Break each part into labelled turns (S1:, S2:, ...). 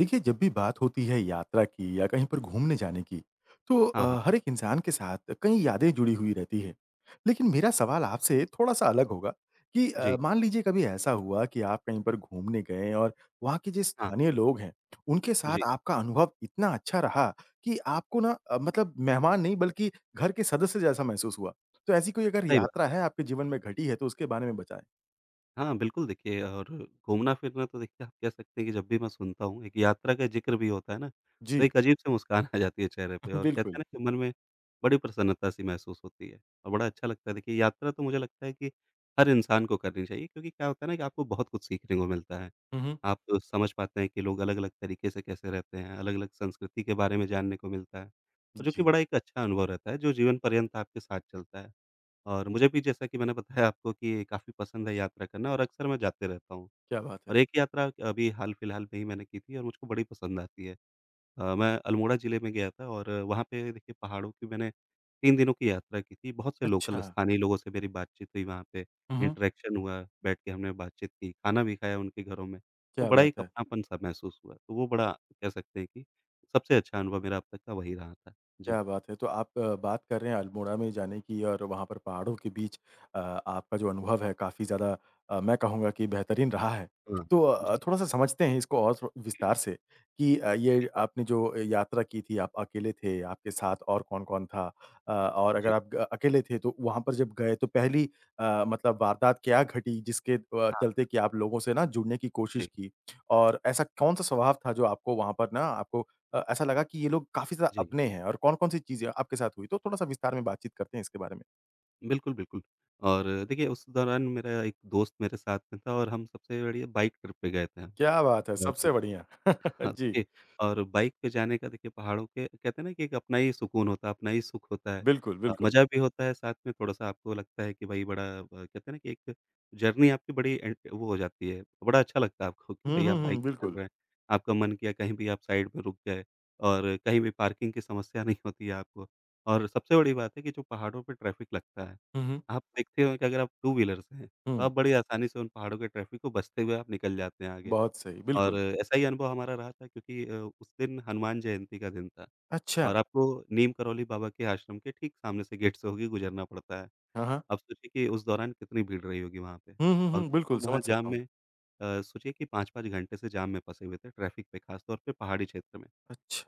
S1: देखिए, जब भी बात होती है यात्रा की या कहीं पर घूमने जाने की, तो
S2: हाँ, हाँ।
S1: हर एक इंसान के साथ कई यादें जुड़ी हुई रहती है। लेकिन मेरा सवाल आपसे थोड़ा-सा अलग होगा कि
S2: जी।
S1: मान लीजिए कभी ऐसा हुआ कि आप कहीं पर घूमने गए और वहाँ के जो
S2: हाँ,
S1: स्थानीय
S2: हाँ।
S1: लोग हैं, उनके साथ
S2: जी,
S1: आपका अनुभव इतना अच्छा रहा कि आपको ना मतलब मेहमान नहीं बल्कि घर के सदस्य जैसा महसूस हुआ। तो ऐसी कोई अगर
S2: सही
S1: यात्रा
S2: बात।
S1: है आपके जीवन में घटी है तो उसके बारे में बताएँ?
S2: हाँ, बिल्कुल देखिए और घूमना-फिरना तो देखिए आप कह सकते हैं कि जब भी मैं सुनता हूँ, एक यात्रा का ज़िक्र भी होता है ना, तो
S1: जी,
S2: एक अजीब-सी मुस्कान आ जाती है चेहरे पे और कहते हैं
S1: बिल्कुल।
S2: ना कि मन में बड़ी प्रसन्नता-सी महसूस होती है और बड़ा अच्छा लगता है। देखिए यात्रा तो मुझे लगता है कि हर इंसान को करनी चाहिए क्योंकि क्या होता है ना कि आपको बहुत कुछ सीखने को मिलता है।
S1: हुँ, हुँ।
S2: आप समझ पाते हैं कि लोग अलग-अलग तरीके से कैसे रहते हैं, अलग-अलग संस्कृति के बारे में जानने को मिलता है और जो कि
S1: जी,
S2: बड़ा एक अच्छा अनुभव रहता है, जो जीवन पर्यंत आपके साथ चलता है। और मुझे भी जैसा कि मैंने बताया आपको कि काफ़ी पसंद है यात्रा करना और अक्सर मैं जाते रहता हूँ।
S1: क्या बात है!
S2: और एक यात्रा अभी हाल-फिलहाल में ही मैंने की थी और मुझको बड़ी पसंद आती है। मैं अल्मोड़ा ज़िले में गया था और वहाँ पे देखिए पहाड़ों की मैंने 3 दिनों की यात्रा की थी। बहुत से लोकल
S1: अच्छा।
S2: स्थानीय लोगों से मेरी बातचीत हुई वहाँ पे,
S1: हुँ, हुँ।
S2: इंटरेक्शन हुआ, बैठ के हमने बातचीत की, खाना भी खाया उनके घरों में। तो
S1: क्या
S2: बड़ा
S1: बात
S2: एक
S1: है!
S2: अपनापन-सा महसूस हुआ। तो वो बड़ा कह सकते हैं कि सबसे अच्छा अनुभव मेरा अब तक का वही रहा था। जी।
S1: क्या बात है! तो आप बात कर रहे हैं अल्मोड़ा में जाने की और वहाँ पर पहाड़ों के बीच आपका जो अनुभव है काफ़ी ज़्यादा मैं कहूँगा कि बेहतरीन रहा है।
S2: हाँ,
S1: तो
S2: हाँ। जी,
S1: थोड़ा-सा समझते हैं इसको और थो विस्तार से कि ये आपने जो यात्रा की थी, आप अकेले थे, आपके साथ और कौन-कौन था? और अगर
S2: जी।
S1: आप ग अकेले थे तो वहाँ पर जब गए तो पहली मतलब वारदात क्या घटी जिसके
S2: हाँ,
S1: चलते कि आप लोगों से ना जुड़ने की कोशिश
S2: जी,
S1: की? और ऐसा कौन-सा स्वभाव था जो आपको वहाँ पर ना ऐसा लगा कि ये लोग काफ़ी ज़्यादा
S2: जी।
S1: अपने हैं और कौन-कौन सी चीज़ें आपके साथ हुई? तो थोड़ा-सा विस्तार में बातचीत करते हैं इसके बारे में।
S2: बिल्कुल, बिल्कुल। और देखिए उस दौरान मेरा एक दोस्त मेरे साथ में था और हम सबसे बढ़िया बाइक ट्रिप पे गए थे हम
S1: क्या बात है!
S2: और
S1: सबसे बढ़िया।
S2: हाँ,
S1: जी,
S2: देखिए और बाइक पे जाने का देखिए पहाड़ों के कहते हैं ना कि एक अपना ही सुकून होता है, अपना ही सुख होता है।
S1: बिल्कुल, बिल्कुल।
S2: मज़ा भी होता है साथ में थोड़ा-सा आपको लगता है कि भई बड़ा कहते हैं ना कि एक जर्नी आपकी बड़ी एंट वो हो जाती है, बड़ा अच्छा लगता है आपको कि
S1: हुँ,
S2: भई
S1: हुँ,
S2: आप
S1: हुँ,
S2: बाइक से चल
S1: बिल्कुल।
S2: रहे हैं। आपका मन किया कहीं भी आप साइड में रुक गए और कहीं भी पार्किंग की समस्या नहीं होती है आपको। और सबसे बड़ी बात है कि जो पहाड़ों पे ट्रैफ़िक लगता है,
S1: हुँ, हुँ,
S2: आप देखते हो कि अगर आप टू व्हीलर से हैं, तो
S1: हुँ,
S2: आप बड़ी आसानी से उन पहाड़ों के ट्रैफ़िक को बचते हुए आप निकल जाते हैं आगे।
S1: बहुत सही,
S2: और
S1: बिल्कुल।
S2: ऐसा ही अनुभव हमारा रहा था क्योंकि उस दिन हनुमान जयंती का दिन था
S1: अच्छा,
S2: और आपको नीम करौली बाबा के आश्रम के ठीक सामने से गेट से होके गुज़रना पड़ता है।
S1: हाँ, हाँ।
S2: आप सोचिए कि उस दौरान कितनी भीड़ रही होगी वहाँ पे
S1: हुँ, हुँ,
S2: और
S1: हुँ,
S2: कुछ
S1: बिल्कुल
S2: लोग वहाँ
S1: समझ
S2: जाम
S1: सकता हूँ।
S2: में सोचिए कि 5-5 घंटे से जाम में फँसे हुए थे ट्रैफ़िक पे, ख़ास तौर पे पहाड़ी क्षेत्र में।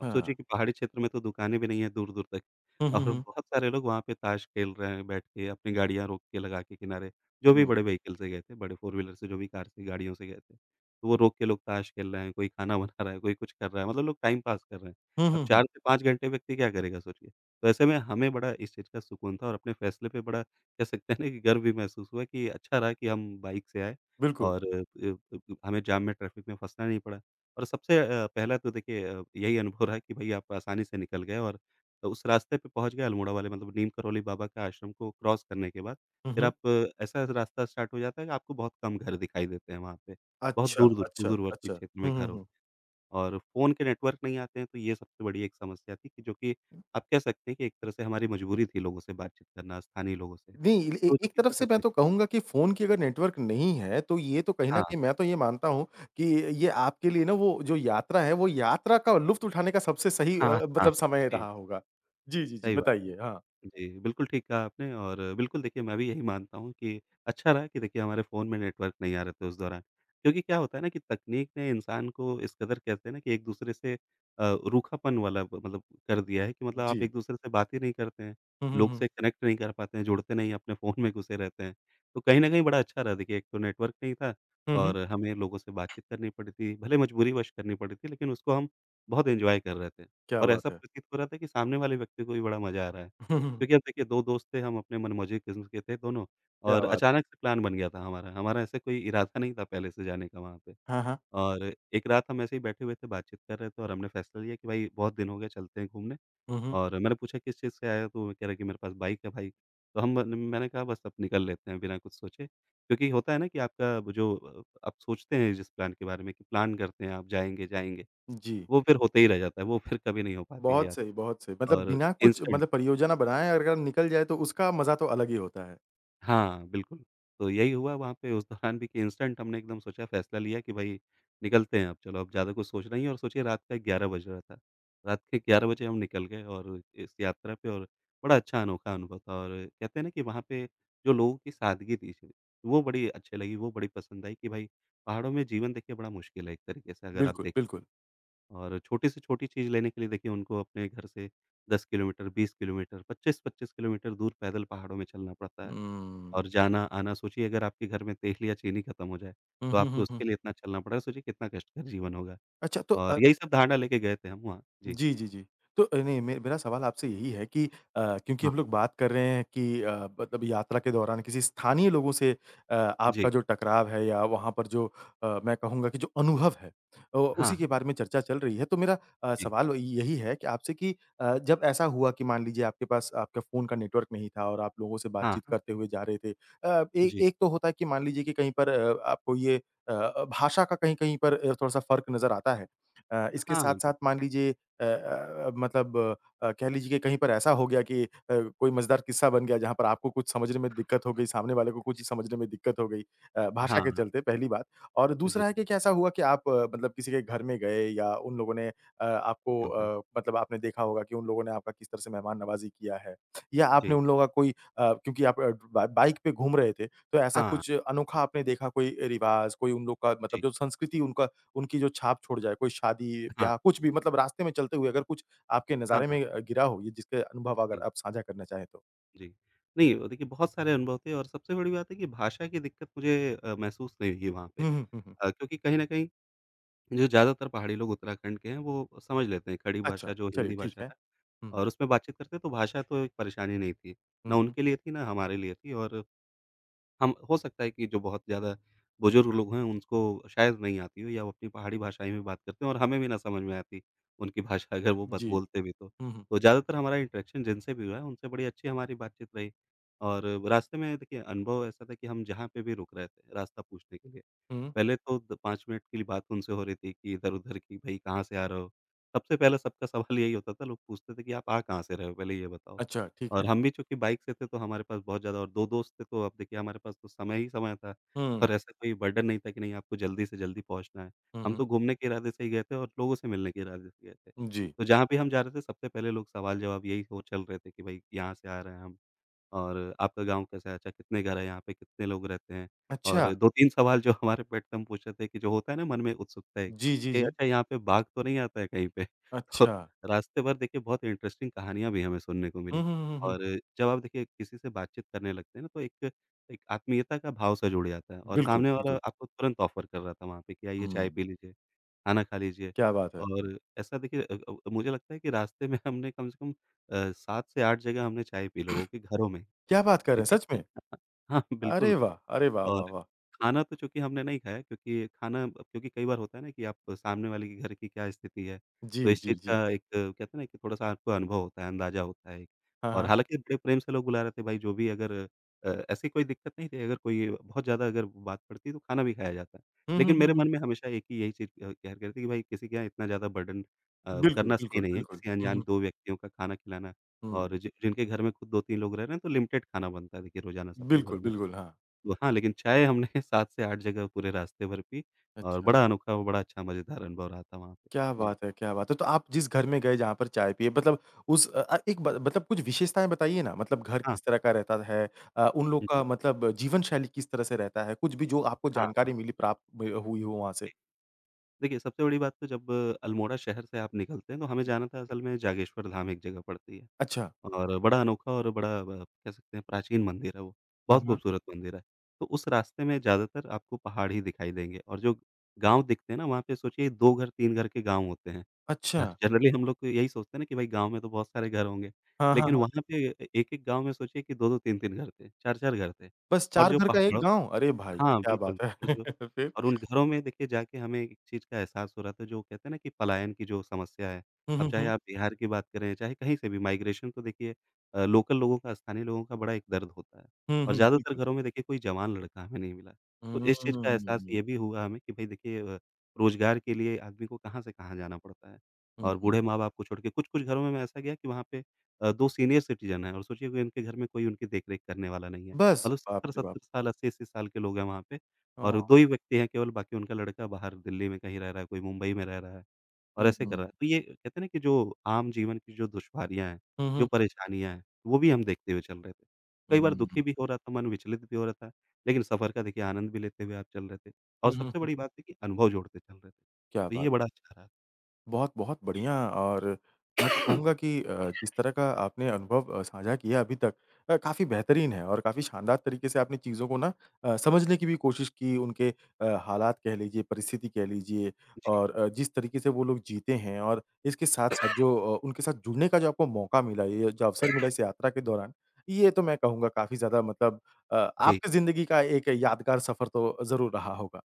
S2: आप सोचिए कि पहाड़ी क्षेत्र में तो दुकानें भी नहीं हैं दूर-दूर तक
S1: हुँ, हुँ,
S2: और
S1: हुँ,
S2: बहुत सारे लोग वहाँ पे ताश खेल रहे हैं बैठ के, अपनी गाड़ियाँ रोक के लगा के किनारे,
S1: हुँ,
S2: जो भी
S1: हुँ,
S2: बड़े व्हीकल से गए थे, बड़े फ़ोर व्हीलर से जो भी कार से गाड़ियों से गए थे। तो वो रोक के लोग ताश खेल रहे हैं, कोई खाना बना रहा है, कोई कुछ कर रहा है, मतलब लोग टाइम पास कर रहे हैं।
S1: हुँ,
S2: अब
S1: हुँ, हुँ,
S2: 4 से 5 घंटे व्यक्ति क्या करेगा सोचिए? तो ऐसे में हमें बड़ा इस चीज़ का सुकून था और अपने फैसले पे बड़ा कह सकते हैं ना कि गर्व भी महसूस हुआ कि अच्छा रहा कि हम बाइक से आए
S1: बिल्कुल।
S2: और अ, अ, हमें जाम में, ट्रैफिक में फँसना नहीं पड़ा। और सबसे पहला तो देखिए यही अनुभव रहा कि भई आप आसानी से निकल गए और उस रास्ते पे पहुँच गए अल्मोड़ा वाले मतलब नीम करौली बाबा के आश्रम को क्रॉस करने के बाद,
S1: हुँ,
S2: फिर
S1: हुँ।
S2: आप ऐसा रास्ता स्टार्ट हो जाता है कि आपको बहुत कम घर दिखाई देते हैं वहाँ पे। बहुत
S1: अच्छा,
S2: दूर-दूर,
S1: अच्छा,
S2: सुदूरवर्ती
S1: अच्छा।
S2: क्षेत्र में
S1: हुँ, हुँ,
S2: घर
S1: हुँ।
S2: होते हैं और फ़ोन के नेटवर्क नहीं आते हैं तो ये सबसे बड़ी एक समस्या थी कि जो कि आप कह सकते हैं कि एक तरह से हमारी मजबूरी थी लोगों से बातचीत करना, स्थानीय लोगों से।
S1: नहीं, ए ए-
S2: तो जो
S1: एक
S2: कि
S1: तरफ
S2: कह
S1: से मैं
S2: सकते हैं
S1: तो कहूँगा कि फ़ोन की अगर नेटवर्क नहीं है, तो ये तो कहीं न
S2: हाँ,
S1: कहीं मैं तो ये मानता हूँ कि ये आपके लिए ना वो जो यात्रा है, वो यात्रा का लुफ़्त उठाने का सबसे सही
S2: हाँ, हाँ।
S1: मतलब समय
S2: जी,
S1: रहा होगा। जी, जी, जी,
S2: सही बात है।
S1: बताइए? हाँ,
S2: जी, बिल्कुल ठीक कहा आपने और बिल्कुल देखिए मैं भी यही मानता हूँ कि अच्छा रहा कि देखिए हमारे फ़ोन में नेटवर्क नहीं आ रहे थे उस दौरान। क्योंकि क्या होता है ना कि तकनीक ने इंसान को इस कदर कहते हैं ना कि एक-दूसरे से रूखापन वाला ब मतलब कर दिया है कि मतलब आप
S1: जी।
S2: एक-दूसरे से बात ही नहीं करते हैं,
S1: हुँ, हुँ,
S2: लोग
S1: हुँ।
S2: से कनेक्ट नहीं कर पाते हैं, जुड़ते नहीं हैं, अपने फ़ोन में घुसे रहते हैं। तो कहीं न कहीं बड़ा अच्छा रहा देखिए एक तो नेटवर्क नहीं था
S1: हुँ, हुँ।
S2: और हमें लोगों से बातचीत करनी पड़ी थी, भले मजबूरीवश करनी पड़ी थी लेकिन उसको हम बहुत एन्जॉय कर रहे थे।
S1: क्या
S2: और
S1: बात
S2: ऐसा
S1: है!
S2: प्रतीत हो रहा था कि सामने वाले व्यक्ति को भी बड़ा मज़ा आ रहा है।
S1: हुँ, हुँ, हुँ।
S2: क्योंकि अब देखिए 2 दोस्त थे, हम अपने मनमौजी किस्म के थे दोनों
S1: क्या
S2: और
S1: बात!
S2: अचानक से प्लान बन गया था हमारा। हमारा ऐसे कोई इरादा नहीं था पहले से जाने का वहाँ पे
S1: हाँ, हाँ।
S2: और एक रात हम ऐसे ही बैठे हुए थे, बातचीत कर रहे थे और हमने फैसला लिया कि भाई बहुत दिन हो गए, चलते हैं घूमने
S1: हुँ, हुँ।
S2: और मैंने पूछा किस चीज़ से आए हो? तो वो कह रहे कि मेरे पास बाइक है भाई। तो हम न मैंने कहा बस अब निकल लेते हैं बिना कुछ सोचे क्योंकि होता है ना कि आपका वो जो आप सोचते हैं जिस प्लान के बारे में कि प्लान करते हैं आप जाएँगे, जाएँगे,
S1: जी।
S2: वो फिर होते ही रह जाता है, वो फिर कभी नहीं हो पाती है
S1: बहुत
S2: याद
S1: सही, बहुत सही। मतलब
S2: और
S1: बिना कुछ
S2: इंस्टेंट
S1: मतलब परियोजना बनाए अगर निकल जाए, तो उसका मज़ा तो अलग ही होता है।
S2: हाँ, बिल्कुल। तो यही हुआ वहाँ पे उस दौरान भी कि इंस्टेंट हमने एकदम सोचा फ़ैसला लिया कि भई निकलते हैं अब चलो, अब ज़्यादा कुछ सोचना नहीं है और सोचिए रात का 11 बज रहा था। रात के 11 बजे हम निकल गए और इस यात्रा पे और बड़ा अच्छा अनोखा अनुभव था और कहते हैं ना कि वहाँ पे जो लोगों की सादगी थी वो बड़ी अच्छी लगी, वो बड़ी पसंद आई कि भाई पहाड़ों में जीवन देखिए बड़ा मुश्किल है एक तरीके से अगर आप
S1: बिल्कुल,
S2: देखें तो
S1: बिल्कुल।
S2: और छोटी से छोटी चीज़ लेने के लिए देखिए उनको अपने घर से 10 किलोमीटर, 20 किलोमीटर, 25-25 किलोमीटर दूर पैदल पहाड़ों में चलना पड़ता है।
S1: हुँ।
S2: और जाना-आना सोचिए अगर आपके घर में तेल या चीनी खत्म हो जाए,
S1: हुँ,
S2: तो
S1: हुँ,
S2: आपको
S1: हुँ,
S2: उसके
S1: हुँ।
S2: लिए इतना चलना पड़ रहा है, सोचिए कितना कष्टकर जीवन होगा।
S1: अच्छा तो
S2: और यही सब धारणा लेके गए थे हम वहाँ। जी।
S1: जी, जी, जी। तो नहीं मे मेरा सवाल आपसे यही है कि क्योंकि
S2: हाँ,
S1: हम लोग बात कर रहे हैं कि मतलब यात्रा के दौरान किसी स्थानीय लोगों से आपका
S2: जी।
S1: जो टकराव है या वहाँ पर जो मैं कहूँगा कि जो अनुभव है
S2: हाँ,
S1: उसी
S2: हाँ।
S1: के बारे में चर्चा चल रही है। तो मेरा
S2: जी।
S1: सवाल यही है कि आपसे कि जब ऐसा हुआ कि मान लीजिए आपके पास आपके फ़ोन का नेटवर्क नहीं था और आप लोगों से
S2: हाँ,
S1: बातचीत
S2: हाँ।
S1: करते हुए जा रहे थे। ए
S2: जी।
S1: एक तो होता है कि मान लीजिए कि कहीं पर आपको ये अ, भाषा का कहीं-कहीं पर थोड़ा-सा फ़र्क नज़र आता है।
S2: हाँ,
S1: इसके
S2: हाँ,
S1: साथ-साथ
S2: बिल्कुल।
S1: मान लीजिए मतलब कह लीजिए कि कहीं पर ऐसा हो गया कि कोई मज़ेदार किस्सा बन गया जहाँ पर आपको कुछ समझने में दिक्कत हो गई, सामने वाले को कुछ समझने में दिक्कत हो गई
S2: हाँ,
S1: भाषा के
S2: हाँ।
S1: चलते पहली बात। और
S2: जी।
S1: दूसरा है कि क्या ऐसा हुआ कि आप मतलब किसी के घर में गए या उन लोगों ने आपको
S2: हाँ, हाँ।
S1: मतलब आपने देखा होगा कि उन लोगों ने आपका किस तरह से मेहमान नवाज़ी किया है या आपने
S2: जी।
S1: उन लोगों का कोई क्योंकि आप बा बाइक पे घूम रहे थे, तो ऐसा
S2: हाँ,
S1: कुछ अनोखा आपने देखा कोई रिवाज़, कोई उन लोग का मतलब
S2: जी।
S1: जो संस्कृति उनका उनकी जो छाप छोड़ जाए, कोई
S2: हाँ,
S1: शादी-ब्याह कुछ भी मतलब रास्ते में चलते हुए अगर कुछ आपके
S2: हाँ,
S1: नज़ारे
S2: हाँ।
S1: में गिरा हो ये जिसके अनुभव अगर
S2: जी,
S1: आप साझा करना चाहें तो?
S2: जी। नहीं देखिए बहुत सारे अनुभव थे और सबसे बड़ी बात है कि भाषा की दिक्कत मुझे महसूस नहीं हुई वहाँ पे।
S1: हुँ, हुँ, हुँ, हुँ।
S2: क्योंकि कहीं न कहीं जो ज़्यादातर पहाड़ी लोग उत्तराखंड के हैं, वो समझ लेते हैं खड़ी
S1: अच्छा,
S2: भाषा जो
S1: चलिए
S2: हिंदी
S1: ठीक
S2: भाषा
S1: है।
S2: है
S1: हुँ,
S2: और उसमें बातचीत करते तो भाषा तो एक परेशानी नहीं थी।
S1: हुँ,
S2: ना
S1: हुँ।
S2: उनके लिए थी, ना हमारे लिए थी और हम हो सकता है कि जो बहुत ज़्यादा बुज़ुर्ग लोग हैं उनको शायद नहीं आती हो या वो अपनी पहाड़ी भाषाएँ में बात करते हों और हमें भी ना समझ में आती उनकी भाषा अगर वो बत
S1: जी।
S2: बोलते भी तो।
S1: हुँ, हुँ,
S2: तो ज़्यादातर हमारा इंटरेक्शन जिनसे भी हुआ है उनसे बड़ी अच्छी हमारी बातचीत रही और रास्ते में देखिए अनुभव ऐसा था कि हम जहाँ पे भी रुक रहे थे रास्ता पूछने के लिए
S1: हुँ।
S2: पहले तो द 5 मिनट के लिए बात उनसे हो रही थी कि इधर-उधर की भई कहाँ से आ रहे हो? सबसे पहला सबका सवाल यही होता था, लोग पूछते थे कि आप आ कहाँ से रहे हो? पहले ये बताओ।
S1: अच्छा, ठीक है।
S2: और हम भी चूँकि बाइक से थे तो हमारे पास बहुत ज़्यादा और 2 दोस्त थे तो अब देखिए हमारे पास तो समय ही समय था
S1: हुँ,
S2: और ऐसा कोई बर्डन नहीं था कि नहीं आपको जल्दी से जल्दी पहुँचना है।
S1: हुँ,
S2: हम
S1: हुँ।
S2: तो घूमने के इरादे से ही गए थे और लोगों से मिलने के इरादे से गए थे।
S1: जी।
S2: तो जहाँ भी हम जा रहे थे सबसे पहले लोग सवाल-जवाब यही हो चल रहे थे कि भई यहाँ से आ रहे हैं हम। और आपका गाँव कैसा है? अच्छा कितने घर हैं यहाँ पे? कितने लोग रहते हैं?
S1: अच्छा।
S2: और 2-3 सवाल जो हमारे पेट पे हम पूछे थे कि जो होता है ना मन में उत्सुकता एक
S1: जी, जी,
S2: कि
S1: जी।
S2: अच्छा यहाँ पे बाघ तो नहीं आता है कहीं पे?
S1: अच्छा।
S2: तो रास्ते भर देखिए बहुत इंटरेस्टिंग कहानियाँ भी हमें सुनने को
S1: हुँ,
S2: मिली।
S1: हुँ, हुँ,
S2: और
S1: हुँ,
S2: जब आप देखिए किसी से बातचीत करने लगते हैं ना तो एक एक आत्मीयता का भाव सा जुड़ जाता है
S1: हुँ।
S2: और
S1: बिल्कुल,
S2: सामने वाला
S1: बिल्कुल।
S2: आपको तुरंत ऑफ़र कर रहा था वहाँ पे कि आइए
S1: हुँ,
S2: चाय पी लीजिए, खाना खा लीजिए।
S1: क्या बात है!
S2: और ऐसा देखिए मुझे लगता है कि रास्ते में हमने कम से कम 7 से 8 जगह हमने चाय पी लोगों के घरों में।
S1: क्या बात कर रहे
S2: तो ये
S1: हैं सच में?
S2: हाँ,
S1: अरे
S2: बिल्कुल।
S1: वाह! अरे वाह,
S2: और
S1: वाह, वाह!
S2: खाना तो चूँकि हमने नहीं खाया क्योंकि कई बार होता है ना कि आप सामने वाले के घर की क्या स्थिति है, तो
S1: जी,
S2: इस
S1: जी,
S2: चीज़
S1: जी।
S2: का एक कहते हैं ना कि थोड़ा-सा आपको अनुभव होता है, अंदाज़ा होता है एक।
S1: हाँ,
S2: और
S1: हाँ।
S2: हालाँकि बड़े प्रेम से लोग बुला रहे थे भाई जो भी अगर ऐसी कोई दिक्कत नहीं थी, अगर कोई बहुत ज़्यादा अगर बात पड़ती तो खाना भी खाया जाता।
S1: हुँ, हुँ,
S2: लेकिन
S1: हुँ,
S2: मेरे
S1: हुँ।
S2: मन में हमेशा एक ही यही चीज़ कहर करती कि भाई किसी के यहाँ इतना ज़्यादा बर्डन
S1: बिल्कुल,
S2: करना सही
S1: बिल्कुल,
S2: नहीं है,
S1: बिल्कुल।
S2: किसी
S1: हुँ,
S2: अनजान
S1: हुँ,
S2: 2 व्यक्तियों का खाना खिलाना
S1: हुँ।
S2: और जि जिनके घर में खुद 2-3 लोग रह रहे हैं तो लिमिटेड खाना बनता है देखिए रोज़ाना सबके
S1: बिल्कुल,
S2: घरों में।
S1: बिल्कुल, हाँ।
S2: तो हाँ, लेकिन चाय हमने 7 से 8 जगह पूरे रास्ते भर पी और
S1: अच्छा,
S2: बड़ा अनोखा और बड़ा अच्छा मज़ेदार अनुभव रहा था वहाँ पे।
S1: क्या
S2: जी।
S1: बात है, क्या बात है! तो आप जिस घर में गए जहाँ पर चाय पिए मतलब उस एक ब मतलब कुछ विशेषताएँ बताइए ना, मतलब घर
S2: हाँ,
S1: किस तरह का रहता है? उन लोग का
S2: जी।
S1: मतलब जीवन शैली किस तरह से रहता है? कुछ भी जो आपको
S2: हाँ, हाँ।
S1: जानकारी मिली प्राप्त ब हुई हो वहाँ से?
S2: जी। देखिए, सबसे बड़ी बात तो जब अल्मोड़ा शहर से आप निकलते हैं, तो हमें जाना था असल में जागेश्वर धाम एक जगह पड़ती है
S1: अच्छा,
S2: और बड़ा अनोखा और बड़ा ब कह सकते हैं प्राचीन मंदिर है वो,
S1: हाँ,
S2: बहुत
S1: हाँ।
S2: खूबसूरत मंदिर है। तो उस रास्ते में ज़्यादातर आपको पहाड़ ही दिखाई देंगे और जो गाँव दिखते हैं ना, वहाँ पे सोचिए 2 घर, 3 घर के गाँव होते हैं।
S1: अच्छा,
S2: हाँ, जनरली हम लोग को यही सोचते हैं ना कि भाई गाँव में तो बहुत सारे घर होंगे।
S1: हाँ, हाँ,
S2: लेकिन
S1: हाँ।
S2: वहाँ पे एक-एक गाँव में सोचिए कि 2-2 3-3 घर थे, 4-4 घर थे।
S1: बस
S2: और
S1: 4
S2: जो
S1: घर का 1
S2: पहाड़ों
S1: गाँव? अरे भाई,
S2: हाँ,
S1: क्या
S2: बिल्कुल।
S1: बात है! फिर?
S2: और उन घरों में देखिए जाके हमें एक चीज़ का एहसास हो रहा था जो कहते हैं ना कि पलायन की जो समस्या है,
S1: हुँ,
S2: अब
S1: हुँ,
S2: चाहे
S1: हुँ।
S2: आप बिहार की बात करें, चाहे कहीं से भी माइग्रेशन तो देखिए लोकल लोगों का, स्थानीय लोगों का बड़ा एक दर्द होता है
S1: हुँ,
S2: और
S1: हुँ,
S2: ज़्यादातर
S1: बिल्कुल।
S2: घरों में देखिए कोई जवान लड़का हमें नहीं मिला। तो
S1: हुँ,
S2: इस चीज़ का एहसास
S1: हुँ।
S2: ये भी हुआ हमें कि भई देखिए रोज़गार के लिए आदमी को कहाँ से कहाँ जाना पड़ता है और बूढ़े माँ-बाप को छोड़ के कुछ-कुछ घरों में मैं ऐसा गया कि वहाँ पे 2 सीनियर सिटीज़न हैं और सोचिए कि उनके घर में कोई उनकी देख-रेख करने वाला नहीं है।
S1: बस,
S2: मतलब
S1: बाप रे बाप!
S2: 70-70 साल, 80-80 साल के लोग हैं वहाँ पे और
S1: हाँ।
S2: 2 ही व्यक्ति हैं केवल, बाकी उनका लड़का बाहर दिल्ली में कहीं रह रहा है, कोई मुंबई में रह रहा है और
S1: हुँ,
S2: ऐसे कर
S1: हुँ।
S2: रहा है। तो ये कहते हैं ना कि जो आम जीवन की जो दुश्वारियाँ हैं,
S1: हुँ,
S2: जो
S1: हुँ, हुँ।
S2: परेशानियाँ हैं, वो भी हम देखते हुए चल रहे थे। कई बार दुखी भी हो रहा था, मन विचलित भी हो रहा था, लेकिन सफ़र का देखिए आनंद भी लेते हुए आप चल रहे थे और
S1: हुँ, हुँ,
S2: सबसे
S1: हुँ।
S2: बड़ी बात है कि अनुभव जोड़ते चल रहे थे।
S1: क्या
S2: तो
S1: बात
S2: ये बड़ा अच्छा रहा।
S1: बहुत-बहुत बढ़िया और मैं तो कहूँगा कि जिस तरह का आपने अनुभव साझा किया अभी तक काफ़ी बेहतरीन है और काफ़ी शानदार तरीके से आपने चीज़ों को ना समझने की भी कोशिश की, उनके हालात कह लीजिए, परिस्थिति कह लीजिए
S2: जी,
S1: और जिस तरीके से वो लोग जीते हैं और इसके साथ-साथ जो उनके साथ जुड़ने का जो आपको मौका मिला, ये जो अवसर मिला इस यात्रा के दौरान, ये तो मैं कहूँगा काफ़ी ज़्यादा मतलब
S2: जी।
S1: आपकी ज़िंदगी का एक यादगार सफ़र तो ज़रूर रहा होगा।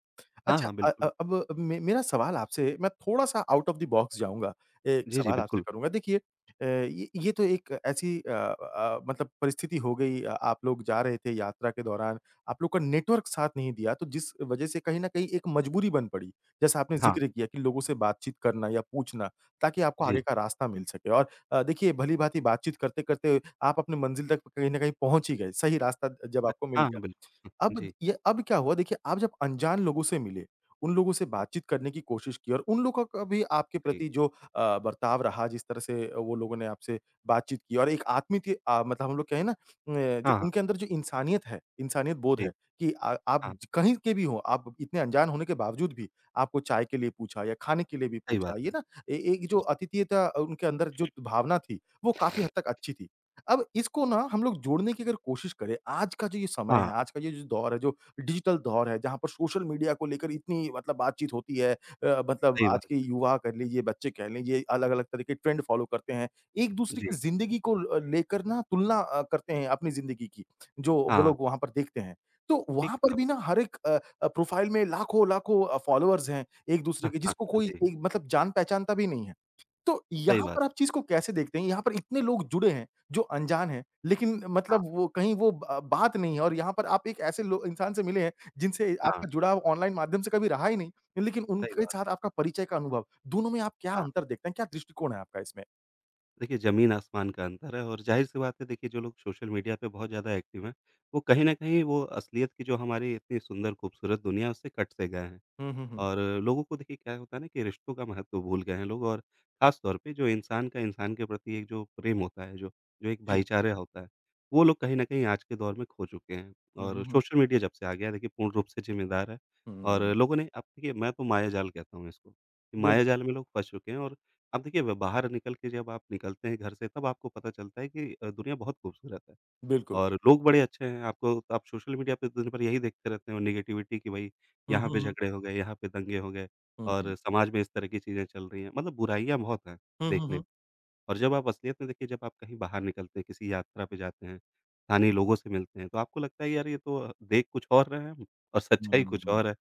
S2: हाँ,
S1: अच्छा
S2: हाँ, बिल्कुल।
S1: अब मे मेरा सवाल आपसे मैं थोड़ा-सा आउट ऑफ द बॉक्स जाऊँगा। एक
S2: जी, जी,
S1: सवाल आपसे
S2: बिल्कुल।
S1: करूँगा देखिए ये तो एक ऐसी मतलब परिस्थिति हो गई आप लोग जा रहे थे यात्रा के दौरान, आप लोग का नेटवर्क साथ नहीं दिया तो जिस वज़ह से कहीं न कहीं एक मजबूरी बन पड़ी। जैसा आपने
S2: हाँ,
S1: ज़िक्र किया कि लोगों से बातचीत करना या पूछना ताकि आपको आगे
S2: जी।
S1: का रास्ता मिल सके और देखिए भली-भाँति बातचीत करते-करते आप अपनी मंज़िल तक कहीं न कहीं पहुँच ही गए। सही रास्ता जब आपको मिल
S2: हाँ, हाँ,
S1: गया।
S2: बिल्कुल।
S1: अब द
S2: जी,
S1: ये अब क्या हुआ देखिए आप जब अनजान लोगों से मिले, उन लोगों से बातचीत करने की कोशिश की और उन लोगों का भी आपके
S2: जी।
S1: प्रति जो बर्ताव रहा जिस तरह से वो लोगों ने आपसे बातचीत की और एक आत्मीयत मतलब हम लोग कहें ना जो
S2: हाँ, हाँ,
S1: उनके अंदर जो इंसानियत है, इंसानियत बोध
S2: जी।
S1: है कि आप
S2: हाँ,
S1: कहीं के भी हों, आप इतने अनजान होने के बावजूद भी आपको चाय के लिए पूछा या खाने के लिए भी
S2: सही
S1: पूछा,
S2: बात
S1: ये
S2: है।
S1: ना ए एक जो
S2: जी,
S1: अतिथेयता उनके अंदर जो भावना थी, वो काफ़ी हद तक अच्छी थी। अब इसको ना हम लोग जोड़ने की अगर कोशिश करें, आज का जो ये समय है,
S2: हाँ,
S1: आज का ये जो दौर है, जो डिजिटल दौर है, जहाँ पर सोशल मीडिया को लेकर इतनी मतलब बातचीत होती है मतलब
S2: सही
S1: आज
S2: बात।
S1: के युवा कह लीजिए, बच्चे कह लीजिए, अलग-अलग तरह के ट्रेंड फॉलो करते हैं। एक-दूसरे
S2: जी,
S1: की ज़िंदगी को लेकर ना तुलना करते हैं अपनी ज़िंदगी की, जो वो
S2: हाँ,
S1: लोग वहाँ पर देखते हैं। तो
S2: ठीक
S1: वहाँ
S2: कहा
S1: पर भी ना
S2: आपने।
S1: हर एक प्रोफ़ाइल में लाखों-लाखों फ़ॉलोअर्स हैं एक-दूसरे
S2: हाँ,
S1: के,
S2: हाँ,
S1: जिसको कोई
S2: जी,
S1: एक मतलब जान-पहचानता भी नहीं है। तो
S2: सही
S1: यहाँ
S2: बात।
S1: पर आप चीज़ को कैसे देखते हैं? यहाँ पर इतने लोग जुड़े हैं, जो अनजान हैं, लेकिन
S2: हाँ,
S1: मतलब वो कहीं वो ब बात नहीं है और यहाँ पर आप एक ऐसे लो इंसान से मिले हैं, जिनसे
S2: हाँ,
S1: आपका जुड़ाव ऑनलाइन माध्यम से कभी रहा ही नहीं, लेकिन
S2: सही
S1: उनके
S2: बात।
S1: साथ आपका परिचय का अनुभव, दोनों में आप क्या
S2: हाँ,
S1: अंतर देखते हैं? क्या दृष्टिकोण है आपका इसमें?
S2: देखिए ज़मीन-आसमान का अंतर है और ज़ाहिर-सी बात है देखिए जो लोग सोशल मीडिया पे बहुत ज़्यादा एक्टिव हैं, वो कहीं न कहीं वो असलियत की जो हमारी इतनी सुंदर खूबसूरत दुनिया है उससे कट से गए हैं।
S1: हुँ, हुँ, हुँ।
S2: और लोगों को देखिए क्या होता है ना कि रिश्तों का महत्व भूल गए हैं लोग और ख़ास तौर पे जो इंसान का इंसान के प्रति एक जो प्रेम होता है, जो जो एक
S1: जी।
S2: भाईचारा होता है, वो लोग कहीं न कहीं आज के दौर में खो चुके हैं।
S1: हुँ, हुँ,
S2: और
S1: हुँ।
S2: सोशल मीडिया जब से आ गया है देखिए पूर्ण रूप से ज़िम्मेदार है और
S1: हुँ,
S2: लोगों ने अब देखिए मैं तो मायाजाल कहता हूँ इसको, कि
S1: बिल्कुल,
S2: मायाजाल में लोग फँस चुके हैं और अब देखिए ब बाहर निकल के जब आप निकलते हैं घर से तब आपको पता चलता है कि दुनिया बहुत खूबसूरत है।
S1: बिल्कुल।
S2: और लोग बड़े अच्छे हैं, आपको आप सोशल मीडिया पे दिन भर यही देखते रहते हो नेगेटिविटी कि भई
S1: हुँ,
S2: यहाँ पे
S1: हुँ, हुँ।
S2: झगड़े हो गए, यहाँ पे दंगे हो गए
S1: हुँ, हुँ।
S2: और समाज में इस तरह की चीज़ें चल रही हैं, मतलब बुराइयाँ बहुत हैं
S1: हुँ, हुँ,
S2: देखने।
S1: हुँ।
S2: और जब आप असलियत में देखिए जब आप कहीं बाहर निकलते हैं, किसी यात्रा पे जाते हैं, स्थानीय लोगों से मिलते हैं, तो आपको लगता है यार ये तो देख कुछ और रहे हैं हम और सच्चाई
S1: हुँ,
S2: कुछ
S1: हुँ,
S2: और है।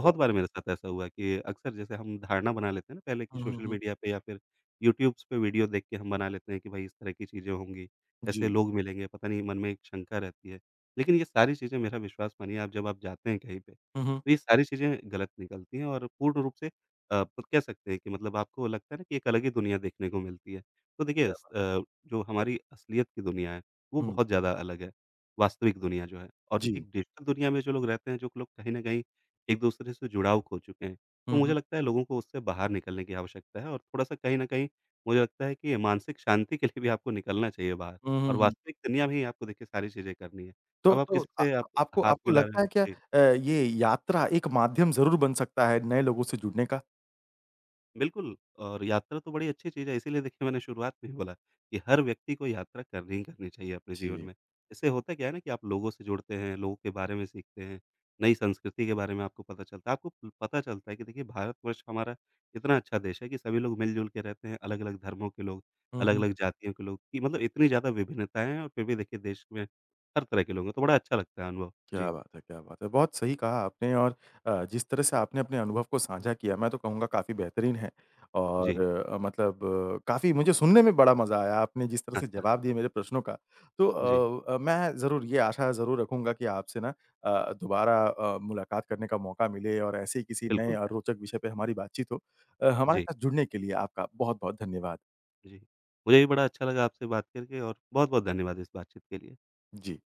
S1: क्या
S2: बार मेरे साथ ऐसा हुआ कि अक्सर जैसे हम धारणा बना लेते हैं ना पहले कि
S1: हुँ, हुँ,
S2: सोशल
S1: हुँ।
S2: मीडिया पे या फिर यूट्यूब्स पे वीडियो देख के हम बना लेते हैं कि भाई इस तरह की चीज़ें होंगी, ऐसे
S1: जी।
S2: लोग मिलेंगे, पता नहीं मन में एक शंका रहती है। लेकिन ये सारी चीज़ें मेरा विश्वास मानिए आप जब आप जाते हैं कहीं पे,
S1: हुँ, हुँ।
S2: तो ये सारी चीज़ें गलत निकलती हैं और पूर्ण रूप से अ, कह सकते हैं कि मतलब आपको लगता है ना कि एक अलग ही दुनिया देखने को मिलती है। तो देखिए
S1: क्या बात है!
S2: जो हमारी असलियत की दुनिया है, वो
S1: हुँ,
S2: बहुत ज़्यादा अलग है, वास्तविक दुनिया जो है और
S1: जी।
S2: एक डिजिटल दुनिया में जो लोग रहते हैं, जो लोग कहीं न कहीं एक-दूसरे से जुड़ाव खो चुके हैं। तो
S1: हुँ, हुँ।
S2: मुझे लगता है लोगों को उससे बाहर निकलने की आवश्यकता है और थोड़ा-सा कहीं न कहीं मुझे लगता है कि मानसिक शांति के लिए भी आपको निकलना चाहिए बाहर
S1: हुँ, हुँ,
S2: और
S1: हुँ।
S2: वास्तविक दुनिया में ही आपको देखिए सारी चीज़ें करनी है।
S1: तो
S2: अब आप
S1: तो
S2: किसी
S1: अ,
S2: से आप
S1: आपको
S2: हाथ
S1: आपको
S2: मिला रहे
S1: लगता
S2: हैं
S1: है क्या
S2: जी।
S1: ये यात्रा एक माध्यम ज़रूर बन सकता है नए लोगों से जुड़ने का?
S2: बिल्कुल, और यात्रा तो बड़ी अच्छी चीज़ है, इसीलिए देखिए मैंने शुरुआत में ही बोला कि हर व्यक्ति को यात्रा करनी ही करनी चाहिए अपने जीवन
S1: जी।
S2: में। इससे होता क्या है ना कि आप लोगों से जुड़ते हैं, लोगों के बारे में सीखते हैं, नई संस्कृति के बारे में आपको पता चलता है। आपको प पता चलता है कि देखिए भारतवर्ष हमारा इतना अच्छा देश है कि सभी लोग मिल-जुल के रहते हैं, अलग-अलग धर्मों के लोग,
S1: हुँ, हुँ।
S2: अलग-अलग जातियों के लोग कि मतलब इतनी ज़्यादा विभिन्नताएँ हैं और फिर भी देखिए देश में हर तरह के लोग हैं, तो बड़ा अच्छा लगता है अनुभव।
S1: क्या
S2: जी,
S1: बात है, क्या बात है! बहुत सही कहा आपने और जिस तरह से आपने अपने अनुभव को साझा किया, मैं तो कहूँगा काफ़ी बेहतरीन है और
S2: जी।
S1: मतलब काफ़ी मुझे सुनने में बड़ा मज़ा आया, आपने जिस तरह से
S2: अच्छा,
S1: जवाब दिए मेरे प्रश्नों का। तो
S2: जी,
S1: मैं ज़रूर ये आशा ज़रूर रखूँगा कि आपसे ना दोबारा मुलाकात करने का मौका मिले और ऐसे ही किसी नए
S2: बिल्कुल।
S1: और रोचक विषय पे हमारी बातचीत हो। हमारे
S2: जी।
S1: साथ जुड़ने के लिए आपका बहुत-बहुत धन्यवाद।
S2: जी। मुझे भी बड़ा अच्छा लगा आपसे बात करके और बहुत-बहुत धन्यवाद इस बातचीत के लिए।
S1: जी।